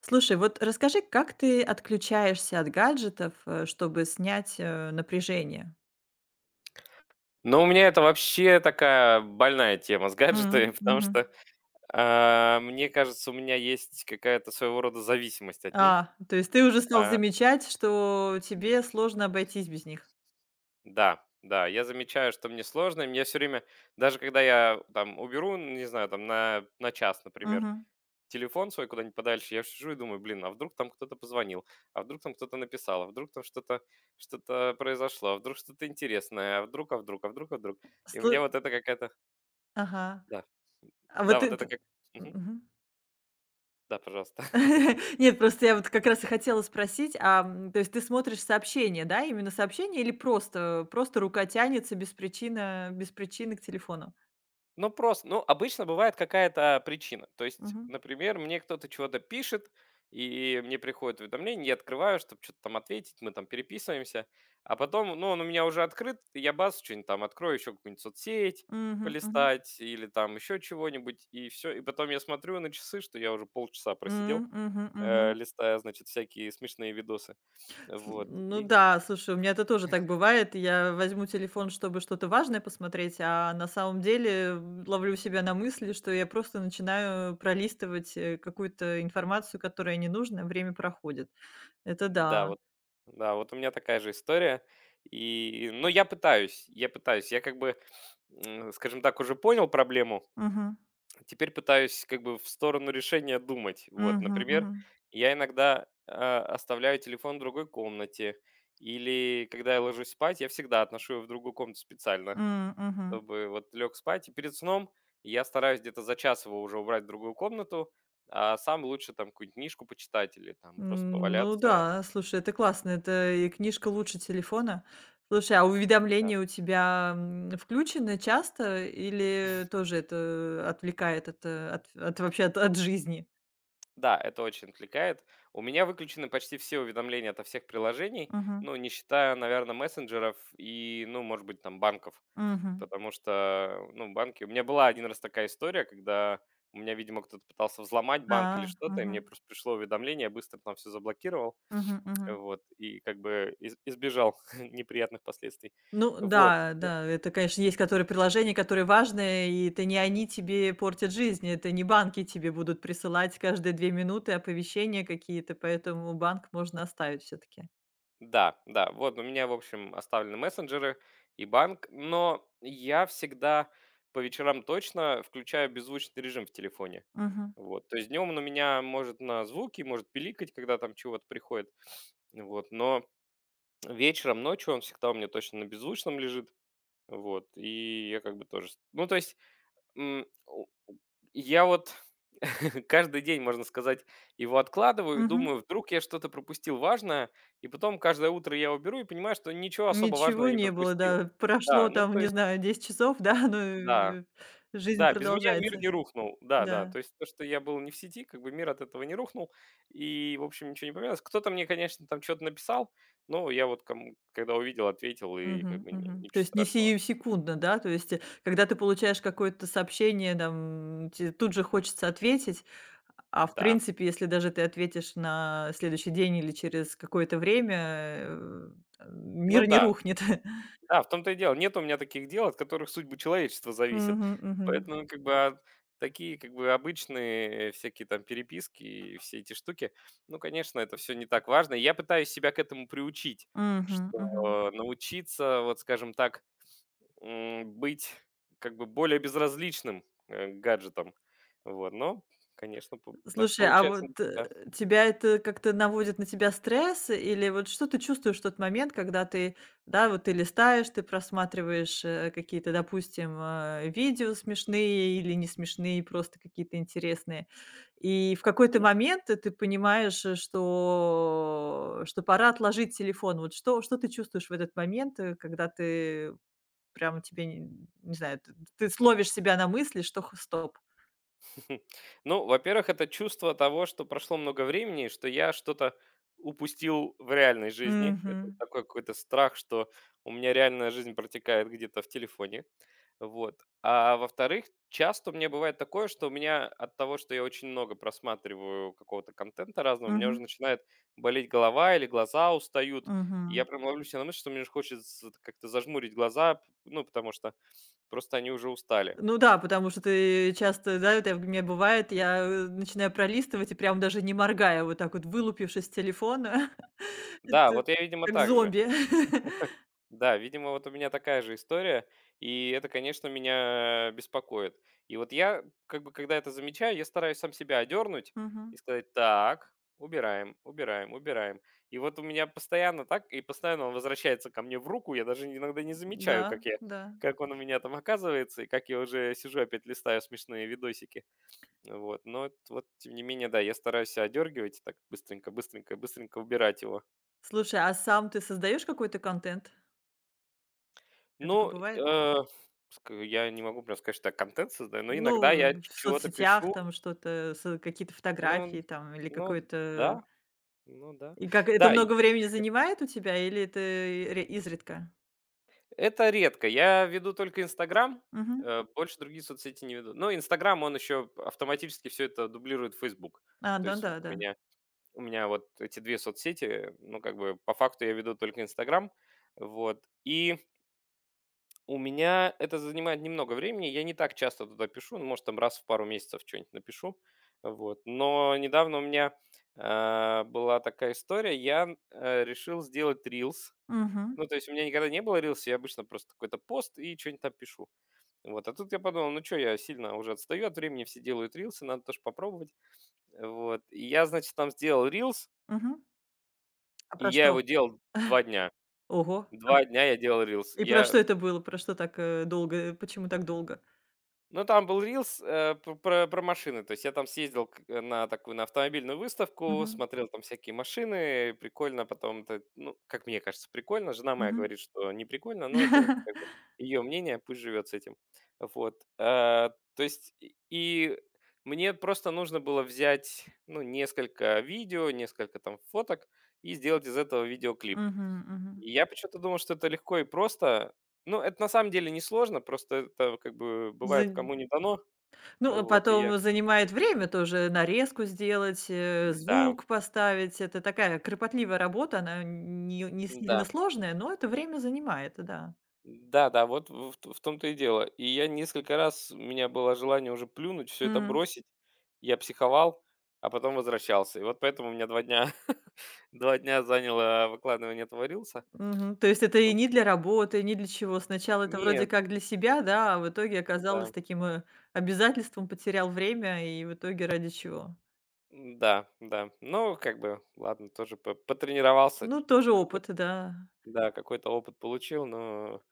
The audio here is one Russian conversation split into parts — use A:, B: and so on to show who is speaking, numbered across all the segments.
A: Слушай, вот расскажи, как ты отключаешься от гаджетов, чтобы снять, напряжение?
B: Ну, у меня это вообще такая больная тема с гаджетами, потому
A: Мгм.
B: что, мне кажется, у меня есть какая-то своего рода зависимость от них.
A: То есть ты уже стал
B: А,
A: замечать, что тебе сложно обойтись без них?
B: да, да, я замечаю, что мне сложно, и мне все время, даже когда я там уберу, ну, не знаю, там на час, например,
A: Мгм.
B: телефон свой куда-нибудь подальше, я сижу и думаю: «Блин, а вдруг там кто-то позвонил, а вдруг там кто-то написал, а вдруг там что-то произошло, а вдруг что-то интересное, а вдруг, а вдруг, а вдруг, а вдруг». И у меня
A: Слы
B: вот это какая-то.
A: Ага.
B: Да,
A: А вот
B: да, вот
A: ты
B: это
A: ты
B: как.
A: Мгм.
B: Да, пожалуйста.
A: Нет, просто я вот как раз и хотела спросить, то есть ты смотришь сообщения, да, именно сообщения или просто рука тянется без причины к телефону?
B: Ну, просто, ну, обычно бывает какая-то причина. То есть,
A: Мгм.
B: например, мне кто-то чего-то пишет, и мне приходит уведомление, я открываю, чтобы что-то там ответить, мы там переписываемся, а потом, ну, он у меня уже открыт, и я бас, что-нибудь там открою, еще какую-нибудь соцсеть
A: Мгм, мгм.
B: полистать или там еще чего-нибудь, и все. И потом я смотрю на часы, что я уже полчаса просидел,
A: Мгм, мгм.
B: листая, значит, всякие смешные видосы.
A: Сл
B: Вот,
A: Ну
B: и
A: да, слушай, у меня это тоже так бывает. Я возьму телефон, чтобы что-то важное посмотреть, а на самом деле ловлю себя на мысли, что я просто начинаю пролистывать, какую-то информацию, которая не нужна, время проходит. Это
B: да,
A: да.
B: вот, да, вот у меня такая же история. И, ну, я пытаюсь, я как бы, скажем так, уже понял проблему,
A: Мгм.
B: теперь пытаюсь как бы в сторону решения думать. Вот,
A: Мгм,
B: например,
A: мгм.
B: я иногда оставляю телефон в другой комнате, или когда я ложусь спать, я всегда отношу его в другую комнату специально,
A: Мгм.
B: чтобы вот лег спать, и перед сном я стараюсь где-то за час его уже убрать в другую комнату, а сам лучше там какую-нибудь книжку почитать или там просто
A: Ну
B: поваляться.
A: да, слушай, это классно. Это и книжка лучше телефона. Слушай, а
B: Да.
A: уведомления у тебя, включены часто или тоже это отвлекает от, э, от от вообще от от жизни?
B: Да, это очень отвлекает. У меня выключены почти все уведомления от всех приложений,
A: Мгм.
B: ну, не считая, наверное, мессенджеров и, ну, может быть, там, банков.
A: Мгм.
B: Потому что, ну, банки. У меня была один раз такая история, когда у меня, видимо, кто-то пытался взломать банк или
A: А.
B: что-то, и мне
A: Мгм.
B: просто пришло уведомление, я быстро там все заблокировал,
A: Мгм. Мгм.
B: вот, и как бы избежал неприятных последствий.
A: Ну
B: Вот.
A: да, да, это, конечно, есть которые приложения, которые важные, и это не они тебе портят жизнь, это не банки тебе будут присылать каждые 2 минуты оповещения какие-то, поэтому банк можно оставить все таки.
B: Да, да, вот у меня, в общем, оставлены мессенджеры и банк, но я всегда по вечерам точно включаю беззвучный режим в телефоне.
A: Мгм.
B: Вот, то есть днем он у меня может на звуки, может пиликать, когда там чего-то приходит, вот, но вечером, ночью он всегда у меня точно на беззвучном лежит, вот, и я как бы тоже. Ну, то есть, М, у я вот каждый день, можно сказать, его откладываю и
A: Мгм.
B: думаю, вдруг я что-то пропустил важное, и потом каждое утро я его беру и понимаю, что ничего особо важного
A: Ничего
B: я не
A: не было,
B: пропустил.
A: да. Прошло
B: Да, ну
A: там,
B: то
A: не
B: есть,
A: знаю, 10 часов, да, но
B: да,
A: жизнь
B: да, без меня мир
A: продолжается.
B: не рухнул, да-да,
A: Да.
B: то есть то, что я был не в сети, как бы мир от этого не рухнул, и, в общем, ничего не поменялось. Кто-то мне, конечно, там что то написал, но я вот кому когда увидел, ответил, и как
A: Мгм,
B: бы ни
A: мгм. То
B: ничего
A: есть не
B: страшного.
A: сиюсекундно, да? То есть, когда ты получаешь какое-то сообщение, там, те тут же хочется ответить, а в
B: Да,
A: принципе, если даже ты ответишь на следующий день или через какое-то время,
B: ну
A: мир не
B: да.
A: рухнет.
B: Да, в том-то и дело. Нет у меня таких дел, от которых судьбы человечества зависят.
A: Мгм, мгм.
B: Поэтому, как бы, такие, как бы, обычные, всякие там переписки и все эти штуки, ну, конечно, это все не так важно. Я пытаюсь себя к этому приучить,
A: Мгм, мгм.
B: что научиться, вот скажем так, быть, как бы, более безразличным, к гаджетам. Вот, но, конечно, п так
A: Слушай, а
B: получается не
A: вот,
B: всегда.
A: тебя это как-то наводит на тебя стресс? Или вот что ты чувствуешь в тот момент, когда ты, да, вот ты листаешь, ты просматриваешь, какие-то, допустим, видео смешные или не смешные, просто какие-то интересные. И в какой-то
B: Мгм.
A: момент ты понимаешь, что пора отложить телефон. Вот что ты чувствуешь в этот момент, когда ты прям тебе, н не знаю, т ты словишь себя на мысли, что х стоп.
B: Хм. Ну, во-первых, это чувство того, что прошло много времени, и что я что-то упустил в реальной жизни. Это вот
A: Мгм.
B: такой какой-то страх, что у меня реальная жизнь протекает где-то в телефоне. Вот. А во-вторых, часто у меня бывает такое, что у меня от того, что я очень много просматриваю какого-то контента разного, у меня уже
A: Мгм.
B: начинает болеть голова или глаза устают. И я
A: Мгм.
B: прям ловлю себя на мысли, что мне уже хочется как-то зажмурить глаза, ну, потому что просто они уже устали.
A: Ну да, потому что ты часто, да, это у меня бывает, я начинаю пролистывать и прям даже не моргая, вот так вот вылупившись с телефона,
B: Да,
A: это
B: вот я, видимо,
A: как
B: так же.
A: зомби.
B: Да, видимо, вот у меня такая же история, и это, конечно, меня беспокоит. И вот я, как бы, когда это замечаю, я стараюсь сам себя одернуть и
A: Мгм.
B: сказать, так, убираем, убираем, убираем. И вот у меня постоянно так, и постоянно он возвращается ко мне в руку, я даже иногда не замечаю, как
A: Да,
B: я,
A: да.
B: как он у меня там оказывается, и как я уже сижу опять листаю смешные видосики. Вот, но вот, тем не менее, да, я стараюсь себя одергивать так быстренько, быстренько, быстренько убирать его.
A: Слушай, а сам ты создаешь какой-то контент? Это такое
B: Ну,
A: бывает?
B: ск я не могу прям сказать, что я контент создаю, но иногда я
A: Ну,
B: ч
A: в
B: чего-то
A: соцсетях
B: пишу.
A: там что-то, какие-то
B: Ну
A: фотографии там или
B: ну
A: какой-то.
B: да, ну да.
A: И как это
B: Да, и
A: много времени занимает у тебя или это изредка?
B: это редко. Я веду только «Инстаграм»,
A: Мгм.
B: больше другие соцсети не веду. Но «Инстаграм», он еще автоматически все это дублирует «Фейсбук».
A: А,
B: То
A: да,
B: есть вот
A: да,
B: у
A: да.
B: меня у меня вот эти 2 соцсети, ну, как бы по факту я веду только «Инстаграм». Вот. И у меня это занимает немного времени. Я не так часто туда пишу, ну, может, там раз в пару месяцев что-нибудь напишу. Вот. Но недавно у меня была такая история. Я решил сделать рилс.
A: Мгм,
B: Ну, то есть у меня никогда не было рилса, я обычно просто какой-то пост и что-нибудь там пишу. Вот. А тут я подумал, ну что, я сильно уже отстаю от времени, все делают рилсы, надо тоже попробовать. Вот. И я, значит, там сделал рилс,
A: мгм. А
B: и
A: про
B: я его
A: что?
B: делал 2 дня.
A: Ого!
B: Два
A: А
B: дня я делал рилс.
A: и про что
B: Я
A: это было? Про что так, долго, почему так долго?
B: Ну, там был рилс, п про про машины. То есть я там съездил к на такую, на автомобильную выставку,
A: Мгм,
B: смотрел там всякие машины. Прикольно. А потом это, ну, как мне кажется, прикольно. Жена моя
A: мгм.
B: говорит, что не прикольно, но это как бы её мнение, пусть живет с этим. Вот. То есть и мне просто нужно было взять, ну, несколько видео, несколько там фоток и сделать из этого видеоклип.
A: Мгм, мгм.
B: И я почему-то думал, что это легко и просто. Ну, это на самом деле не сложно, просто это как бы бывает
A: Зан
B: кому не дано.
A: Ну, а
B: Вот, и я.
A: потом занимает время тоже нарезку сделать,
B: Да,
A: звук поставить. Это такая кропотливая работа, она не сильно
B: да.
A: сложная, но это время занимает, да.
B: Да-да, вот в том-то и дело. И я несколько раз, у меня было желание уже плюнуть, все это
A: М.
B: бросить. Я психовал, а потом возвращался. И вот поэтому у меня 2 дня, 2 дня заняло выкладывание этого рилса.
A: Мгм. То есть это и не для работы, не для чего. Сначала это вроде
B: Нет,
A: как для себя, да, а в итоге
B: да,
A: оказалось таким, обязательством, потерял время и в итоге ради чего?
B: да, да. Ну, как бы, ладно, тоже потренировался.
A: Ну, тоже опыт,
B: Какой-то.
A: да.
B: Да, какой-то опыт получил, но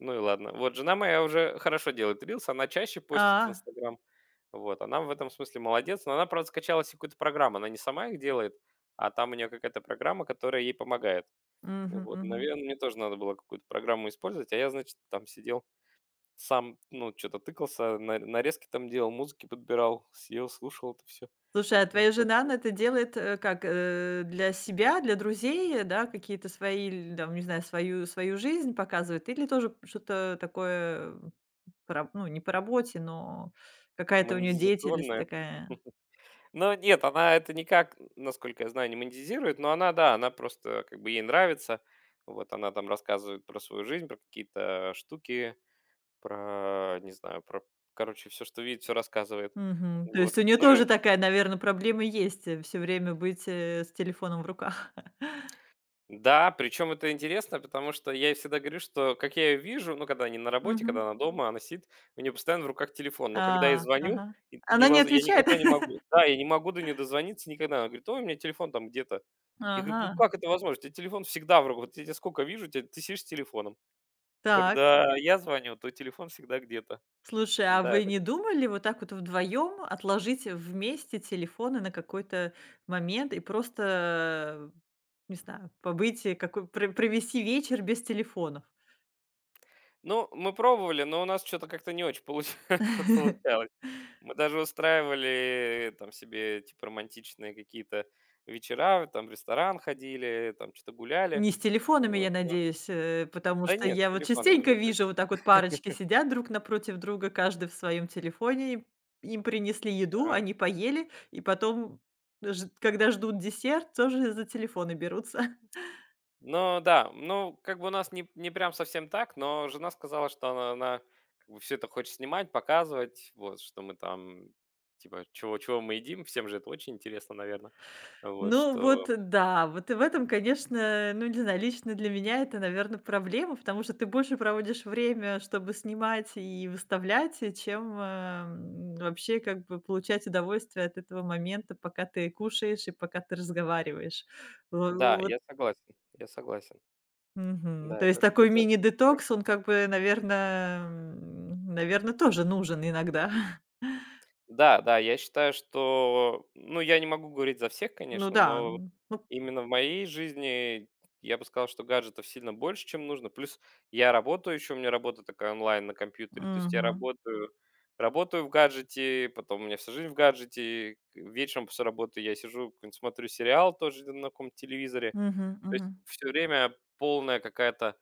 B: ну и ладно. Вот жена моя уже хорошо делает рилсы, она чаще
A: А,
B: постит в Инстаграм. Вот, она в этом смысле молодец, но она, правда, скачала себе какую-то программу, она не сама их делает, а там у нее какая-то программа, которая ей помогает.
A: Мгм,
B: Вот,
A: мгм.
B: наверное, мне тоже надо было какую-то программу использовать, а я, значит, там сидел сам, ну, что-то тыкался, нарезки там делал, музыки подбирал, съел, слушал это все.
A: Слушай, а твоя жена она это делает, как, для себя, для друзей, да, какие-то свои, ль там, не знаю, свою жизнь показывает или тоже что-то такое, по раб ну, не по работе, но какая-то у нее деятельность
B: Монетизационное.
A: такая?
B: Ну, нет, она это никак, насколько я знаю, не монетизирует, но она, да, она просто, как бы, ей нравится. Вот она там рассказывает про свою жизнь, про какие-то штуки, про, не знаю, про, короче, все, что видит, все рассказывает.
A: Мгм. То
B: Вот,
A: есть у нее
B: ну
A: тоже
B: и,
A: такая, наверное, проблема есть, все время быть, с телефоном в руках.
B: да, причем это интересно, потому что я ей всегда говорю, что как я ее вижу, ну, когда не на работе, когда
A: Мгм.
B: она дома, она сидит, у нее постоянно в руках телефон. Но когда я звоню,
A: Ага.
B: это
A: Она не
B: я
A: отвечает?
B: никогда не могу. Да, я не могу до нее дозвониться никогда. Она говорит, ой, у меня телефон там где-то. Я говорю,
A: Ага,
B: ну как это возможно? У тебя телефон всегда в руках. Вот я тебя сколько вижу, ты сидишь с телефоном.
A: так.
B: Когда я звоню, то телефон всегда где-то.
A: Слушай, а
B: Да,
A: вы
B: это.
A: не думали вот так вот вдвоем отложить вместе телефоны на какой-то момент и просто, не знаю, побыть, провести вечер без телефонов?
B: Ну, мы пробовали, но у нас что-то как-то не очень получалось. Мы даже устраивали там себе типа романтичные какие-то вечера, там в ресторан ходили, там что то гуляли.
A: Не с телефонами, я
B: Вот, но
A: надеюсь, потому
B: да
A: что
B: нет, с
A: я вот
B: телефонами
A: частенько
B: в итоге.
A: вижу, вот так вот парочки сидят друг напротив друга, каждый в своем телефоне, им принесли еду,
B: Ага.
A: они поели, и потом, когда ждут десерт, тоже за телефоны берутся.
B: Но да, ну, как бы у нас не прям совсем так, но жена сказала, что она как бы всё это хочет снимать, показывать, вот, что мы там типа чего мы едим. Всем же это очень интересно, наверное. Вот
A: Ну вот
B: что.
A: да, вот и в этом, конечно, ну не знаю, лично для меня это, наверное, проблема, потому что ты больше проводишь время, чтобы снимать и выставлять, и чем, вообще как бы получать удовольствие от этого момента, пока ты кушаешь и пока ты разговариваешь. Во
B: Да,
A: Вот.
B: я согласен, я согласен.
A: Мгм.
B: Да,
A: То
B: это
A: есть такой
B: это
A: мини-детокс, он как бы, наверное, тоже нужен иногда.
B: Да, да, я считаю, что, ну, я не могу говорить за всех,
A: Ну
B: конечно,
A: да,
B: но вот
A: н ну.
B: именно в моей жизни я бы сказал, что гаджетов сильно больше, чем нужно. Плюс я работаю еще, у меня работа такая онлайн на компьютере, то есть я
A: Мгм.
B: работаю, работаю в гаджете, потом у меня вся жизнь в гаджете, вечером после работы я сижу, какой-нибудь смотрю сериал тоже на каком-то телевизоре,
A: Мгм,
B: то
A: мгм.
B: есть все время полная какая-то,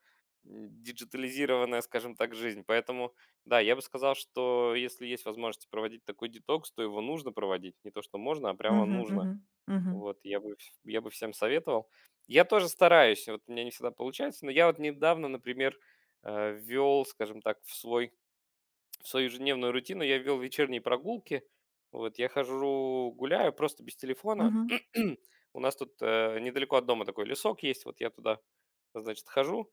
B: диджитализированная, скажем так, жизнь. Поэтому, да, я бы сказал, что если есть возможность проводить такой детокс, то его нужно проводить. Не то, что можно, а прямо
A: Мгм,
B: нужно.
A: мгм, мгм,
B: Вот я бы всем советовал. Я тоже стараюсь, вот у меня не всегда получается, но я вот недавно, например, э, скажем так, в свой в свою ежедневную рутину я ввел вечерние прогулки. Вот, я хожу, гуляю просто без телефона.
A: мгм.
B: У нас тут недалеко от дома такой лесок есть, вот я туда, значит, хожу.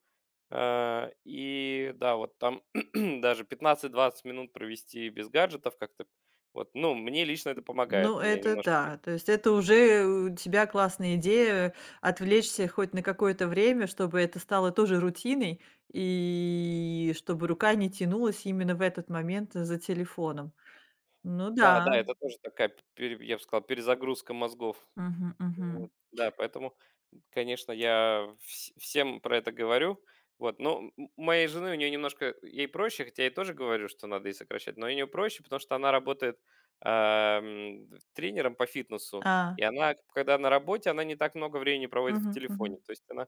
B: И да, вот там даже 15–20 минут провести без гаджетов как-то. Вот, ну, мне лично это помогает.
A: Ну,
B: Мне
A: это
B: немножко так.
A: да. То есть это уже у тебя классная идея отвлечься хоть на какое-то время, чтобы это стало тоже рутиной, и чтобы рука не тянулась именно в этот момент за телефоном. Ну
B: Да, да,
A: да.
B: это тоже такая, я бы сказал, перезагрузка мозгов.
A: Мгм, мгм.
B: Вот, да, поэтому, конечно, я всем про это говорю. Вот, но моей жены, у нее немножко, ей проще, хотя я ей тоже говорю, что надо и сокращать, но у нее проще, потому что она работает тренером по фитнесу,
A: А.
B: и она, когда на работе, она не так много времени проводит в
A: Мгм,
B: телефоне,
A: мгм.
B: то есть она,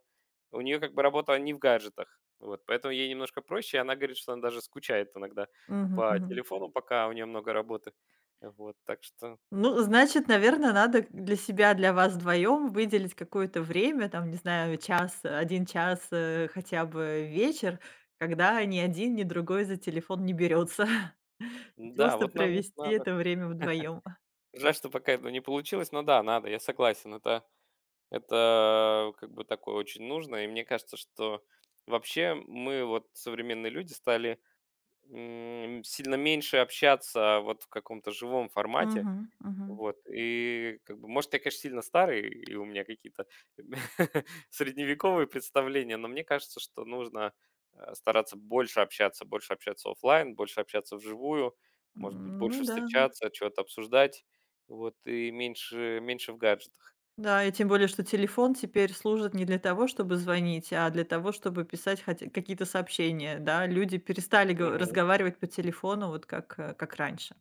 B: у нее как бы работа не в гаджетах, вот, поэтому ей немножко проще, и она говорит, что она даже скучает иногда
A: Мгм,
B: по
A: мгм.
B: телефону, пока у нее много работы, вот, так что,
A: Ну, значит, наверное, надо для себя, для вас вдвоем выделить какое-то время, там, не знаю, час, один час, хотя бы вечер, когда ни один, ни другой за телефон не берется.
B: да,
A: Просто
B: вот нам
A: провести
B: надо.
A: это время вдвоем.
B: Жаль, что пока это не получилось, но да, надо, я согласен. Это как бы такое очень нужно. И мне кажется, что вообще мы, вот современные люди, стали сильно меньше общаться вот в каком-то живом формате.
A: Мгм, мгм.
B: Вот, и как бы, может, я, конечно, сильно старый, и у меня какие-то средневековые представления, но мне кажется, что нужно стараться больше общаться оффлайн, больше общаться вживую, может быть,
A: Ну
B: больше
A: да,
B: встречаться, что-то обсуждать, вот, и меньше, меньше в гаджетах.
A: да, и тем более, что телефон теперь служит не для того, чтобы звонить, а для того, чтобы писать хотя какие-то сообщения, да. Люди перестали го разговаривать по телефону, вот как раньше.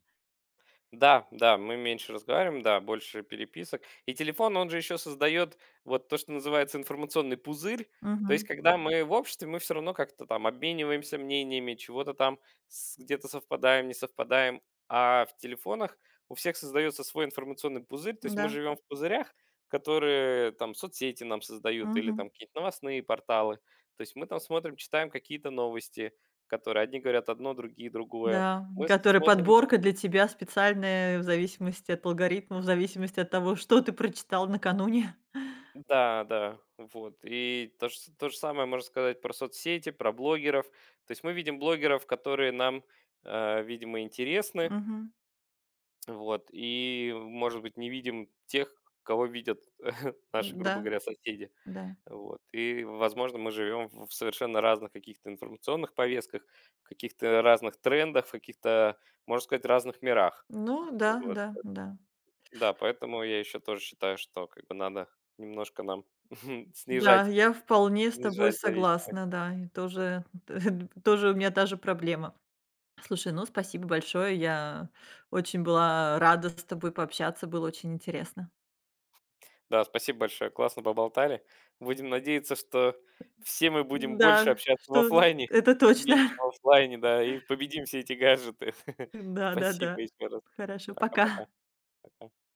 B: Да, да, мы меньше разговариваем, да, больше переписок. И телефон, он же еще создает вот то, что называется информационный пузырь. То есть,
A: Мгм,
B: когда, да, мы в обществе, мы все равно как-то там обмениваемся мнениями, чего-то там где-то совпадаем, не совпадаем. А в телефонах у всех создается свой информационный пузырь. То есть мы
A: да,
B: живем в пузырях, которые там соцсети нам создают или
A: мгм.
B: там какие-то новостные порталы. То есть мы там смотрим, читаем какие-то новости, которые одни говорят одно, другие другое.
A: Да,
B: Мы
A: которая
B: смотрим.
A: подборка для тебя специальная в зависимости от алгоритма, в зависимости от того, что ты прочитал накануне.
B: Да, да, вот. И то же самое можно сказать про соцсети, про блогеров. То есть мы видим блогеров, которые нам, видимо, интересны,
A: Мгм.
B: вот, и, может быть, не видим тех, кого видят наши,
A: Да,
B: грубо говоря, соседи.
A: да.
B: Вот. И, возможно, мы живем в совершенно разных каких-то информационных повестках, в каких-то разных трендах, в каких-то, можно сказать, разных мирах.
A: Ну да,
B: Вот.
A: да, да.
B: Да, поэтому я еще тоже считаю, что как бы надо немножко нам
A: Да,
B: снижать.
A: я вполне с тобой
B: Снижать зависимость.
A: согласна, да, и тоже, тоже у меня та же проблема. Слушай, ну спасибо большое, я очень была рада с тобой пообщаться, было очень интересно.
B: Да, спасибо большое, классно поболтали. Будем надеяться, что все мы будем больше
A: Да,
B: общаться в
A: что
B: оффлайне,
A: это точно.
B: меньше в оффлайне, да, и победим все эти гаджеты.
A: Да, да,
B: Спасибо
A: да.
B: еще раз.
A: Хорошо,
B: Пока-пока.
A: пока.
B: Пока.